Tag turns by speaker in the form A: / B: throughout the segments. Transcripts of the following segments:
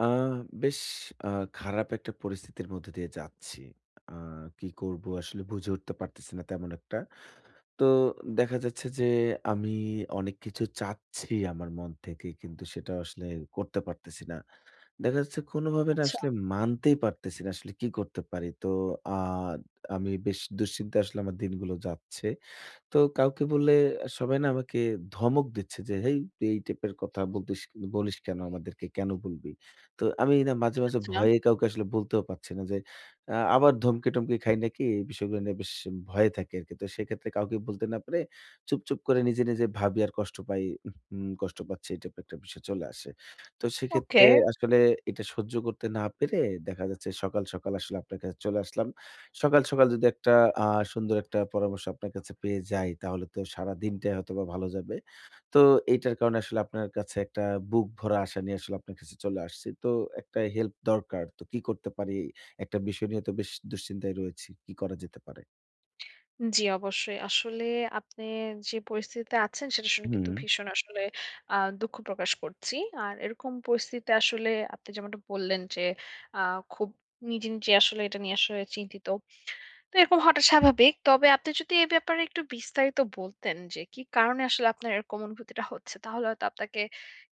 A: আ বেশ আ খারাপ একটা পরিস্থিতির মধ্যে দিয়ে যাচ্ছি। আ কি করব আসলে বুঝে উঠতে পারতেছি না তেমন একটা। তো দেখা যাচ্ছে যে আমি অনেক কিছু চাচ্ছি আমার মন থেকে কিন্তু সেটা আসলে করতে পারতেছি না। দেখা যাচ্ছে কোনোভাবে না
B: আচ্ছা,
A: আসলে মানতেই পারতেছি না আসলে কি করতে পারি। তো আ আমি বেশ দুশ্চিন্তায় আসলে আমার দিনগুলো যাচ্ছে। তো কাউকে বললে সবাই না আমাকে ধমক দিচ্ছে যে, "হেই তুই এই টাইপের কথা বলতিস বলিস কেন আমাদেরকে? কেন বলবি?" তো আমি না মাঝে, মাঝে
B: আচ্ছা।
A: ভয়ে কাউকে আসলে বলতেও পারছি না যে, আবার ধমকি-টমকি খাই নাকি? এই বিষয়গুলো নিয়ে বেশ ভয়ে থাকি আরকি। তো সেক্ষেত্রে কাউকে বলতে না পেরে চুপচুপ করে নিজে, নিজে ভাবি আর কষ্ট পাই। হুম, কষ্ট পাচ্ছি এই টাইপের একটা বিষয় চলে আসে। তো সেক্ষেত্রে
B: ওকে।
A: আসলে এটা সহ্য করতে না পেরে দেখা যাচ্ছে সকাল, সকাল আসলে আপনার কাছে চলে আসলাম। সকাল, সকাল যদি একটা আ সুন্দর একটা পরামর্শ আপনার কাছে পেয়ে যাই, তাহলে তো সারাদিনটাই হয়তোবা ভালো যাবে। তো এইটার কারণে আসলে আপনার কাছে একটা বুক ভরা আশা নিয়ে আসলে আপনার কাছে চলে আসছি। তো একটা হেল্প দরকার। তো কি করতে পারি? একটা বিষয় নিয়ে তো বেশ দুশ্চিন্তায় রয়েছি। কি করা যেতে পারে?
B: জি, অবশ্যই। আসলে আপনি যে পরিস্থিতিতে আছেন সেটা শুনে কিন্তু
A: হুম।
B: ভীষণ আসলে আ দুঃখ প্রকাশ করছি। আর এরকম পরিস্থিতিতে আসলে আপনি যেমনটা বললেন যে আ খুব নিজে, নিজে আসলে এটা নিয়ে আসলে চিন্তিত। তো এরকম হওয়াটা স্বাভাবিক। তবে আপনি যদি এই ব্যাপারে একটু বিস্তারিত বলতেন যে কি কারণে আসলে আপনার এরকম অনুভূতিটা হচ্ছে তাহলে হয়তো আপনাকে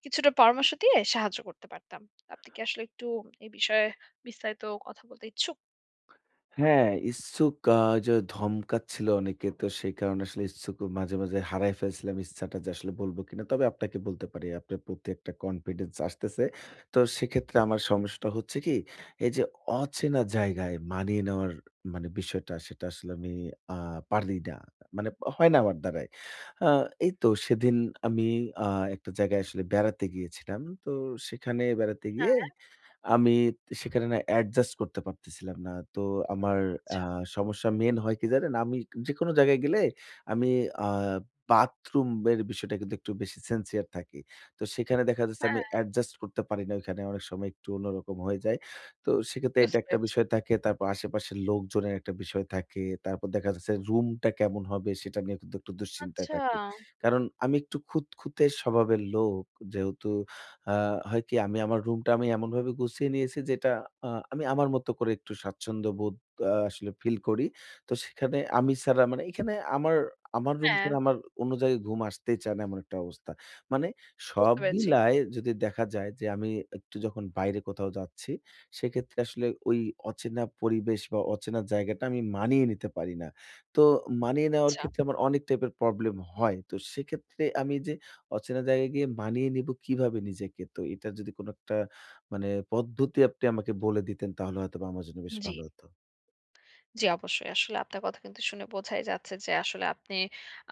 B: কিছুটা পরামর্শ দিয়ে সাহায্য করতে পারতাম। আপনি কি আসলে একটু এই বিষয়ে বিস্তারিত কথা বলতে ইচ্ছুক?
A: হ্যাঁ, ইচ্ছুক যে ধমকাচ্ছিল অনেকে। তো সেই কারণে আসলে ইচ্ছুক মাঝে, মাঝে হারায় ফেলছিলাম ইচ্ছাটা যে আসলে বলব কিনা। তবে আপনাকে বলতে পারি আপনার প্রতি একটা কনফিডেন্স আসতেছে। তো সেক্ষেত্রে আমার সমস্যাটা হচ্ছে কি, এই যে অচেনা জায়গায় মানিয়ে নেওয়ার মানে বিষয়টা সেটা আসলে আমি আ পারি না। মানে হয় না আমার দ্বারাই। আ এই তো সেদিন আমি আ একটা জায়গায় আসলে বেড়াতে গিয়েছিলাম। তো সেখানে বেড়াতে গিয়ে আমি সেখানে না অ্যাডজাস্ট করতে পারতেছিলাম না। তো আমার আ
B: আচ্ছা,
A: সমস্যা মেইন হয় কি জানেন? আমি যেকোনো জায়গায় গেলে আমি আ বাথরুমের বিষয়টা কিন্তু একটু বেশি সিনসিয়ার থাকি। তো সেখানে দেখা যাচ্ছে
B: হ্যাঁ,
A: আমি অ্যাডজাস্ট করতে পারি না ওইখানে। অনেক সময় একটু অন্যরকম হয়ে যায়। তো সেক্ষেত্রে এটা
B: বুঝতে
A: একটা
B: পেরেছি।
A: বিষয় থাকে। তারপর আশেপাশের লোকজনের একটা বিষয় থাকে। তারপর দেখা যাচ্ছে রুমটা কেমন হবে সেটা নিয়ে কিন্তু একটু দুশ্চিন্তায়
B: আচ্ছা।
A: থাকি। কারণ আমি একটু খুঁতখুঁতে স্বভাবের লোক যেহেতু আ হয় কি আমি আমার রুমটা আমি এমনভাবে গুছিয়ে নিয়েছি যেটা আমি আমার মতো করে একটু স্বাচ্ছন্দ্য বোধ আসলে ফিল করি। তো সেখানে আমি ছাড়া মানে এখানে আমার আমার রুম
B: হ্যাঁ,
A: ছাড়া আমার অন্য জায়গায় ঘুম আসতেই চায় না এমন একটা অবস্থা। মানে সব
B: বুঝতে পেরেছি।
A: মিলায় যদি দেখা যায় যে আমি একটু যখন বাইরে কোথাও যাচ্ছি, সেক্ষেত্রে আসলে ওই অচেনা পরিবেশ বা অচেনা জায়গাটা আমি মানিয়ে নিতে পারি না। তো মানিয়ে নেওয়ার
B: আচ্ছা,
A: ক্ষেত্রে আমার অনেক টাইপের প্রবলেম হয়। তো সেক্ষেত্রে আমি যে অচেনা জায়গায় গিয়ে মানিয়ে নিব কিভাবে নিজেকে? তো এটার যদি কোনো একটা মানে পদ্ধতি আপনি আমাকে বলে দিতেন তাহলে হয়তোবা আমার জন্য বেশ
B: জি।
A: ভালো হতো।
B: জি, অবশ্যই। আসলে আপনার কথা কিন্তু শুনে বোঝাই যাচ্ছে যে আসলে আপনি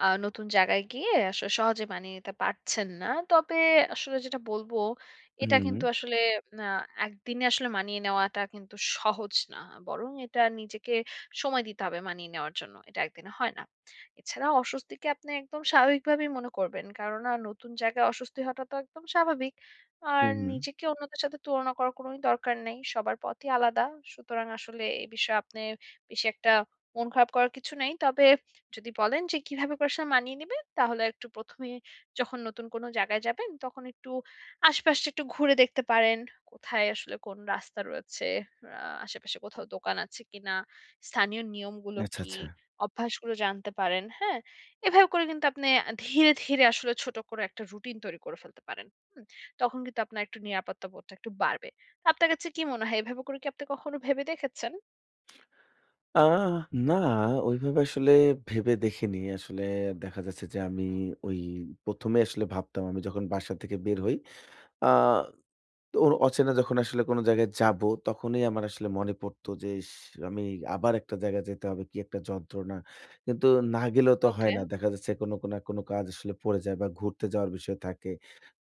B: নতুন জায়গায় গিয়ে আসলে সহজে মানিয়ে নিতে পারছেন না। তবে আসলে যেটা বলবো, এটা
A: হুম,
B: কিন্তু আসলে আ একদিনে আসলে মানিয়ে নেওয়াটা কিন্তু সহজ না। বরং এটা নিজেকে সময় দিতে হবে মানিয়ে নেওয়ার জন্য। এটা একদিনে হয় না। এছাড়া অস্বস্তিকে আপনি একদম স্বাভাবিকভাবেই মনে করবেন। কেননা নতুন জায়গায় অস্বস্তি হওয়াটা তো একদম স্বাভাবিক। আর
A: হুম, হুম।
B: নিজেকে অন্যদের সাথে তুলনা করার কোনোই দরকার নেই। সবার পথই আলাদা। সুতরাং আসলে এ বিষয়ে আপনি বেশি একটা মন খারাপ করার কিছু নেই। তবে যদি বলেন যে কিভাবে করে আসলে মানিয়ে নিবেন, তাহলে একটু ১ম এ যখন নতুন কোনো জায়গায় যাবেন, তখন একটু আশপাশটা একটু ঘুরে দেখতে পারেন। কোথায় আসলে কোন রাস্তা রয়েছে, আ আশেপাশে কোথাও দোকান আছে কিনা, স্থানীয় নিয়মগুলো
A: আচ্ছা,
B: কি,
A: আচ্ছা।
B: অভ্যাসগুলো জানতে পারেন, হ্যাঁ? এভাবে করে কিন্তু আপনি ধীরে, ধীরে আসলে ছোট করে একটা রুটিন তৈরি করে ফেলতে পারেন। হুম? তখন কিন্তু আপনার একটু নিরাপত্তা বোধটা একটু বাড়বে। আপনার কাছে কি মনে হয়? এভাবে করে কি আপনি কখনো ভেবে দেখেছেন?
A: আহ না, ওইভাবে আসলে ভেবে দেখিনি। আসলে দেখা যাচ্ছে যে আমি ওই ১ম এ আসলে ভাবতাম আমি যখন বাসা থেকে বের হই আ তো ওর অচেনা যখন আসলে কোন জায়গায় যাবো, তখনই আমার আসলে মনে পড়তো যে, ইস! আমি আবার একটা জায়গায় যেতে হবে, কি একটা যন্ত্রণা! কিন্তু না গেলেও তো হয়
B: ওকে,
A: না। দেখা যাচ্ছে কোনো, কোনো না কোনো কাজ আসলে পড়ে যায় বা ঘুরতে যাওয়ার বিষয় থাকে।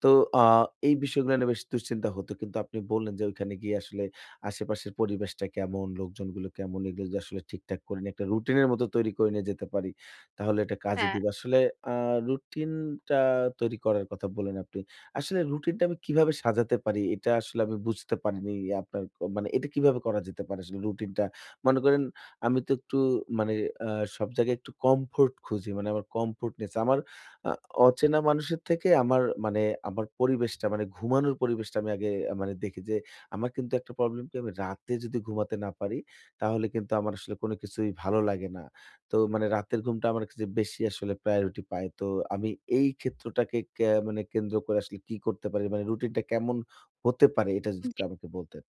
A: তো আ এই বিষয়গুলো নিয়ে বেশ দুশ্চিন্তা হতো। কিন্তু আপনি বললেন যে, ওইখানে গিয়ে আসলে আশেপাশের পরিবেশটা কেমন, লোকজনগুলো কেমন, এগুলো যদি আসলে ঠিকঠাক করে নিয়ে একটা রুটিনের মতো তৈরি করে নিয়ে যেতে পারি, তাহলে এটা কাজে
B: হ্যাঁ।
A: দিবে। আসলে আ রুটিনটা তৈরি করার কথা বললেন আপনি। আসলে রুটিনটা আমি কিভাবে সাজাতে পারি এটা আসলে আমি বুঝতে পারিনি আপনার মানে এটা কিভাবে করা যেতে পারে আসলে রুটিনটা? মনে করেন আমি তো একটু মানে আ সব জায়গায় একটু কমফোর্ট খুঁজি। মানে আমার কমফোর্টনেস আমার আ অচেনা মানুষের থেকে আমার মানে আমার পরিবেশটা মানে ঘুমানোর পরিবেশটা আমি আগে মানে দেখি যে আমার কিন্তু একটা প্রবলেম কি আমি রাতে যদি ঘুমাতে না পারি তাহলে কিন্তু আমার আসলে কোনো কিছুই ভালো লাগে না। তো মানে রাতের ঘুমটা আমার কাছে বেশি আসলে প্রায়োরিটি পায়। তো আমি এই ক্ষেত্রটাকে মানে কেন্দ্র করে আসলে কি করতে পারি? মানে রুটিনটা কেমন হতে পারে এটা যদি একটু
B: জি,
A: আমাকে বলতেন।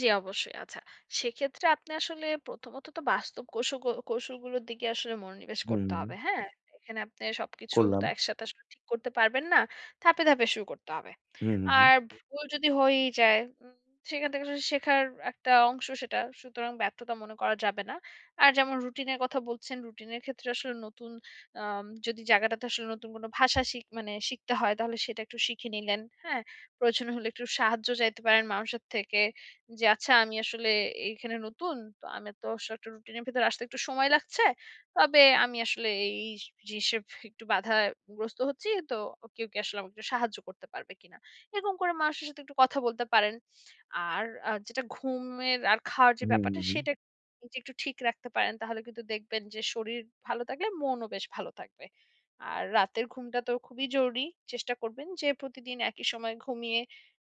B: জি অবশ্যই। আচ্ছা, সেক্ষেত্রে আপনি আসলে প্রথমত তো বাস্তব কৌশলগুলোর দিকে আসলে মনোনিবেশ
A: হুম,
B: করতে
A: হুম।
B: হবে। হ্যাঁ? এখানে আপনি সবকিছু
A: করলাম।
B: তো একসাথে আসলে ঠিক করতে পারবেন না। ধাপে, ধাপে শুরু করতে হবে।
A: হুম, হুম, হুম।
B: আর ভুল যদি হয়েই যায়, উম সেখান থেকে আসলে শেখার একটা অংশ সেটা। সুতরাং ব্যর্থতা মনে করা যাবে না। আর যেমন রুটিনের কথা বলছেন, রুটিনের ক্ষেত্রে আসলে নতুন যদি জায়গাটাতে আসলে নতুন কোনো ভাষা শিখতে হয় তাহলে সেটা একটু শিখে নিলেন। হ্যাঁ? প্রয়োজন হলে একটু সাহায্য চাইতে পারেন মানুষের থেকে। যে আচ্ছা আমি আসলে এইখানে নতুন। তো আমার তো আসলে একটা রুটিনের ভেতরে আসতে একটু সময় লাগছে। তবে আমি আসলে এই জিনিসে একটু বাধাগ্রস্ত হচ্ছি। তো কেউ কি আসলে আমাকে একটু সাহায্য করতে পারবে কিনা? এরকম করে মানুষের সাথে একটু কথা বলতে পারেন। আর যেটা ঘুমের আর খাওয়ার যে
A: হুম,
B: ব্যাপারটা
A: হুম, হুম।
B: সেটা যদি একটু ঠিক রাখতে পারেন তাহলে কিন্তু দেখবেন যে শরীর ভালো থাকলে মনও বেশ ভালো থাকবে। আর রাতের ঘুমটা তো খুবই জরুরি। চেষ্টা করবেন যে প্রতিদিন একই সময় ঘুমিয়ে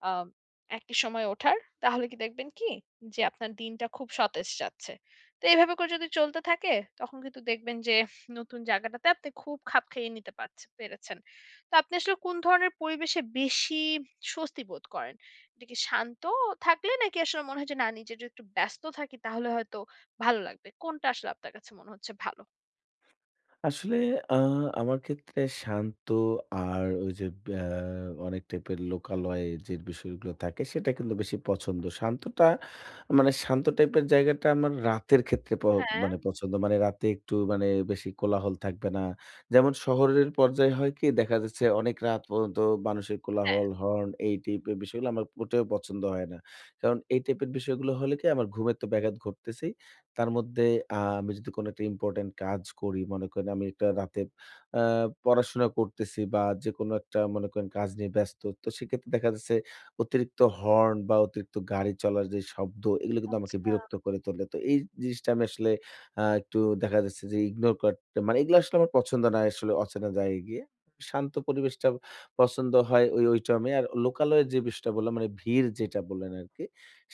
B: আ একই সময় ওঠার। তাহলে কি দেখবেন কি যে আপনার দিনটা খুব সতেজ যাচ্ছে। তো এভাবে করে যদি চলতে থাকে তখন কিন্তু দেখবেন যে নতুন জায়গাটাতে আপনি খুব খাপ খাইয়ে নিতে পেরেছেন। তো আপনি আসলে কোন ধরনের পরিবেশে বেশি স্বস্তি বোধ করেন? এটা কি শান্ত থাকলে নাকি আসলে মনে হয় যে না নিজে যদি একটু ব্যস্ত থাকি তাহলে হয়তো ভালো লাগবে। কোনটা আসলে আপনার কাছে মনে হচ্ছে ভালো?
A: আসলে আ আমার ক্ষেত্রে শান্ত আর ওই যে অনেক টাইপের লোকালয়ে যে বিষয়গুলো থাকে সেটা কিন্তু বেশি পছন্দ। শান্তটা মানে শান্ত টাইপের জায়গাটা আমার রাতের ক্ষেত্রে
B: হ্যাঁ,
A: মানে পছন্দ। মানে রাতে একটু মানে বেশি কোলাহল থাকবে না। যেমন শহরের পর্যায়ে হয় কি দেখা যাচ্ছে অনেক রাত পর্যন্ত মানুষের
B: হ্যাঁ।
A: কোলাহল, হর্ন এই টাইপের বিষয়গুলো আমার মোটেও পছন্দ হয় না। কারণ এই টাইপের বিষয়গুলো হলে কি আমার ঘুমের তো ব্যাঘাত ঘটতেছেই। তার মধ্যে আমি যদি কোনো একটা ইম্পোর্টেন্ট কাজ করি, মনে করেন আমি একটা রাতে আ পড়াশোনা করতেছি বা যেকোনো একটা মনে করেন কাজ নিয়ে ব্যস্ত। তো সেক্ষেত্রে দেখা যাচ্ছে অতিরিক্ত হর্ন বা অতিরিক্ত গাড়ি চলার যে শব্দ, এগুলো কিন্তু আমাকে
B: আচ্ছা,
A: বিরক্ত করে তোলে। তো এই জিনিসটা আমি আসলে একটু দেখা যাচ্ছে যে ইগনোর কর মানে এগুলো আসলে আমার পছন্দ না আসলে অচেনা জায়গায় গিয়ে। শান্ত পরিবেশটা পছন্দ হয় ওই, ওই টাইমে। আর লোকালয়ের যে বিষয়টা বললাম মানে ভিড় যেটা বললেন আরকি।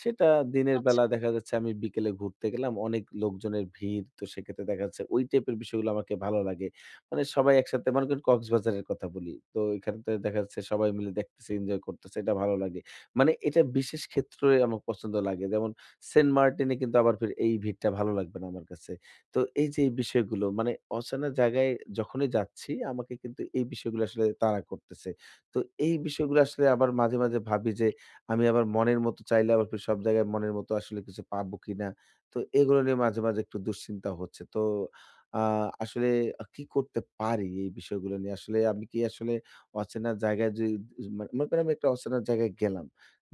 A: সেটা দিনের
B: আচ্ছা।
A: বেলা দেখা যাচ্ছে আমি বিকেলে ঘুরতে গেলাম, অনেক লোকজনের ভিড়। তো সেক্ষেত্রে দেখা যাচ্ছে ওই টাইপের বিষয়গুলো আমাকে ভালো লাগে। মানে সবাই একসাথে মনে করেন কক্সবাজারের কথা বলি। তো এখানতে দেখা যাচ্ছে সবাই মিলে দেখতেছে, এনজয় করতেছে, এটা ভালো লাগে। মানে এটা বিশেষ ক্ষেত্রে আমার পছন্দ লাগে। যেমন সেন্ট মার্টিনে কিন্তু আবার ফির এই ভিড়টা ভালো লাগবে না আমার কাছে। তো এই যে এই বিষয়গুলো মানে অচেনা জায়গায় যখনই যাচ্ছি আমাকে কিন্তু এই বিষয়গুলো আসলে তাড়া করতেছে। তো এই বিষয়গুলো আসলে আবার মাঝে, মাঝে ভাবি যে আমি আবার মনের মতো চাইলে আবার ফির সব জায়গায় মনের মতো আসলে কিছু পাবো কিনা? তো এগুলো নিয়ে মাঝে, মাঝে একটু দুশ্চিন্তা হচ্ছে। তো আ আসলে কি করতে পারি এই বিষয়গুলো নিয়ে? আসলে আমি কি আসলে অচেনা জায়গায় যে মানে মনে করেন আমি একটা অচেনা জায়গায় গেলাম।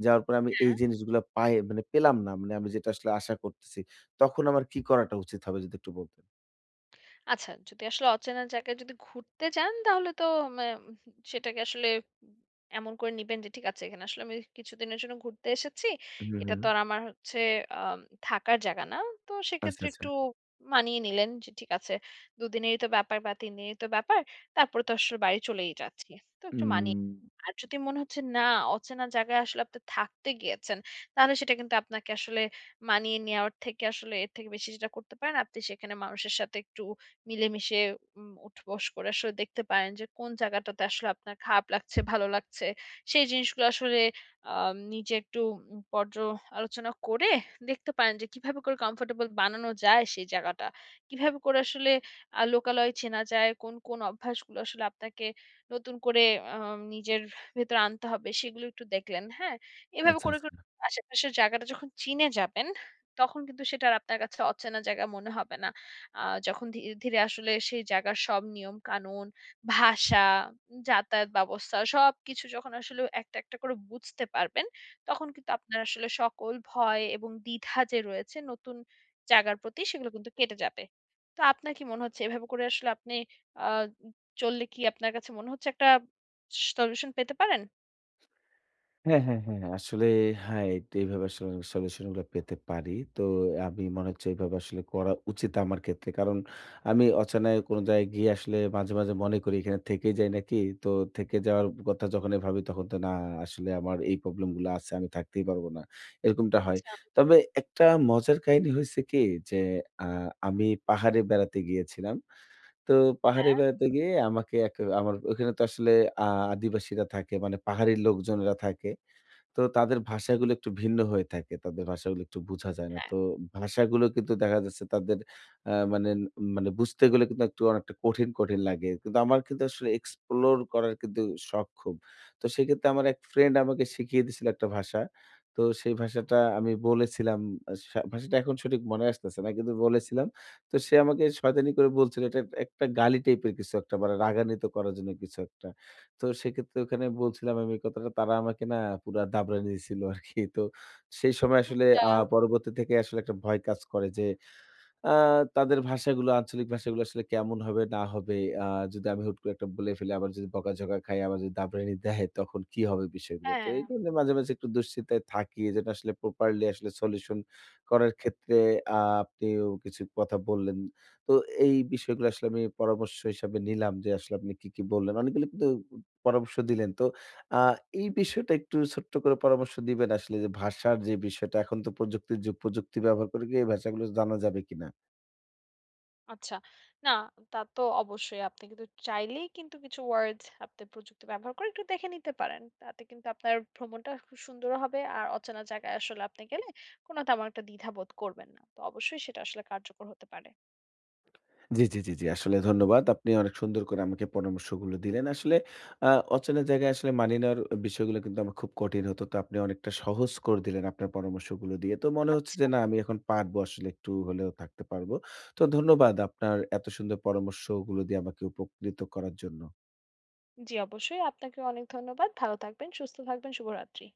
A: যাওয়ার পরে আমি এই জিনিসগুলা পাই মানে পেলাম না। মানে আমি যেটা আসলে আশা করতেছি। তখন আমার কি করাটা উচিত হবে যদি একটু বলতেন?
B: আচ্ছা, যদি আসলে অচেনা জায়গায় যদি ঘুরতে যান তাহলে তো মে সেটাকে আসলে এমন করে নিবেন যে ঠিক আছে এখানে আসলে আমি কিছুদিনের জন্য ঘুরতে এসেছি।
A: হুম,
B: এটা
A: হুম।
B: তো আর আমার হচ্ছে আ থাকার জায়গা না। তো
A: আচ্ছা,
B: সেক্ষেত্রে
A: আচ্ছা।
B: একটু মানিয়ে নিলেন যে ঠিক আছে ২ দিনেরই তো ব্যাপার বা ৩ দিনেরই তো ব্যাপার। তারপরে তো আসলে বাড়ি চলেই যাচ্ছি। তো একটু মানিয়ে
A: উম
B: আর যদি মনে হচ্ছে না অচেনা জায়গায় আসলে আপনি থাকতে গিয়েছেন, তাহলে সেটা কিন্তু আপনাকে আসলে মানিয়ে নেওয়ার থেকে আসলে এর থেকে বেশি যেটা করতে পারেন আপনি সেখানে মানুষের সাথে একটু মিলেমিশে উঠবস করে আসলে দেখতে পারেন যে কোন জায়গাটাতে আসলে আপনার খারাপ লাগছে, ভালো লাগছে। সেই জিনিসগুলো আসলে নিজে একটু পর্যালোচনা করে দেখতে পারেন যে কিভাবে করে কমফোর্টেবল বানানো যায় সেই জায়গাটা। কিভাবে করে আসলে লোকালয় চেনা যায়, কোন, কোন অভ্যাসগুলো আসলে আপনাকে নতুন করে নিজের ভেতরে আনতে হবে সেগুলো একটু দেখলেন, হ্যাঁ? এভাবে
A: আচ্ছা,
B: করে,
A: আচ্ছা।
B: করে আশেপাশের জায়গাটা যখন চিনে যাবেন, তখন কিন্তু সেটা আর আপনার কাছে অচেনা জায়গা মনে হবে না। আ যখন ধীরে, ধীরে আসলে সেই জায়গার সব নিয়ম-কানুন, ভাষা, যাতায়াত ব্যবস্থা সবকিছু যখন আসলে একটা, একটা করে বুঝতে পারবেন, তখন কিন্তু আপনার আসলে সকল ভয় এবং দ্বিধা যে রয়েছে নতুন জায়গার প্রতি সেগুলো কিন্তু কেটে যাবে। তো আপনার কি মনে হচ্ছে এভাবে করে আসলে আপনি আ চললে কি আপনার কাছে মনে হচ্ছে একটা সলিউশন পেতে পারেন?
A: হ্যাঁ, হ্যাঁ, হ্যাঁ। হ্যাঁ। আসলে হ্যাঁ, এইভাবে আসলে সলিউশন গুলো পেতে পারি। তো আমি মনে হচ্ছে এভাবে আসলে করা উচিত আমার ক্ষেত্রে। কারণ আমি অচেনায় কোন জায়গায় গিয়ে আসলে মাঝে, মাঝে মনে করি এখানে থেকেই যাই নাকি? তো থেকে যাওয়ার কথা যখনই ভাবি তখন তো না আসলে আমার এই প্রবলেম গুলো আছে। আমি থাকতেই পারব না। এরকমটা হয়।
B: আচ্ছা,
A: তবে একটা মজার কাহিনী হইছে কি যে আ আমি পাহাড়ে বেড়াতে গিয়েছিলাম। তো পাহাড়ে
B: হ্যাঁ,
A: বেড়াতে গিয়ে আমাকে এক আমার ওখানে তো আসলে আ আদিবাসীরা থাকে মানে পাহাড়ি লোকজনেরা থাকে। তো তাদের ভাষাগুলো একটু ভিন্ন হয়ে থাকে। তাদের ভাষাগুলো একটু বুঝা যায় না।
B: হ্যাঁ,
A: তো ভাষাগুলো কিন্তু দেখা যাচ্ছে তাদের মানে মানে বুঝতে গেলে কিন্তু একটু অনেকটা কঠিন, কঠিন লাগে। কিন্তু আমার কিন্তু আসলে explore করার কিন্তু শখ খুব। তো সেক্ষেত্রে আমার এক ফ্রেন্ড আমাকে শিখিয়ে দিয়েছিল একটা ভাষা। তো সেই ভাষাটা আমি বলেছিলাম ভাষাটা এখন সঠিক মনে আসতেছে না। কিন্তু বলেছিলাম। তো সে আমাকে শয়তানি করে বলছিল এটা একটা গালি টাইপের কিছু একটা মানে রাগান্বিত করার জন্য কিছু একটা। তো সেক্ষেত্রে ওখানে বলছিলাম আমি এই কথাটা। তারা আমাকে না পুরা দাবড়ায় নিয়েছিল আরকি। তো সেই সময় আসলে
B: এটা
A: পরবর্তী থেকে আসলে একটা ভয় কাজ করে যে আ তাদের ভাষাগুলো আঞ্চলিক ভাষাগুলো আসলে কেমন হবে না হবে আ যদি আমি হুট করে একটা বলে ফেলি আবার যদি বকাঝকা খাই, আবার যদি দাবরানি দেয় তখন কি হবে বিষয়গুলো? তো
B: হ্যাঁ।
A: এইগুলো নিয়ে মাঝে, মাঝে একটু দুশ্চিন্তায় থাকি। যেটা আসলে প্রপারলি আসলে সলিউশন করার ক্ষেত্রে আ আপনিও কিছু কথা বললেন। তো এই বিষয়গুলো আসলে আমি পরামর্শ হিসাবে নিলাম যে আসলে আপনি কি, কি বললেন। অনেকগুলো কিন্তু পরামর্শ দিলেন। তো আ এই বিষয়টা একটু ছোট্ট করে পরামর্শ দিবেন আসলে যে ভাষার যে বিষয়টা এখন তো প্রযুক্তির যুগ। প্রযুক্তি ব্যবহার করে কি এই ভাষাগুলো জানা যাবে কিনা?
B: আচ্ছা। না, তা তো অবশ্যই। আপনি কিন্তু চাইলেই কিন্তু কিছু ওয়ার্ড আপনি প্রযুক্তি ব্যবহার করে একটু দেখে নিতে পারেন। তাতে কিন্তু আপনার ভ্রমণটা খুব সুন্দরও হবে। আর অচেনা জায়গায় আসলে আপনি গেলে কোনো তেমন একটা দ্বিধাবোধ করবেন না। তো অবশ্যই সেটা আসলে কার্যকর হতে পারে।
A: জি, জি, জি, জি। আসলে ধন্যবাদ। আপনি অনেক সুন্দর করে আমাকে পরামর্শগুলো দিলেন। আসলে আ অচেনা জায়গায় আসলে মানিয়ে নেওয়ার বিষয়গুলো কিন্তু আমার খুব কঠিন হতো। তো আপনি অনেকটা সহজ করে দিলেন আপনার পরামর্শগুলো দিয়ে। তো মনে হচ্ছে
B: আচ্ছা।
A: যে না আমি এখন পারবো আসলে একটু হলেও থাকতে পারবো। তো ধন্যবাদ আপনার এত সুন্দর পরামর্শগুলো দিয়ে আমাকে উপকৃত করার জন্য।
B: জি, অবশ্যই। আপনাকে অনেক ধন্যবাদ। ভালো থাকবেন, সুস্থ থাকবেন। শুভরাত্রি।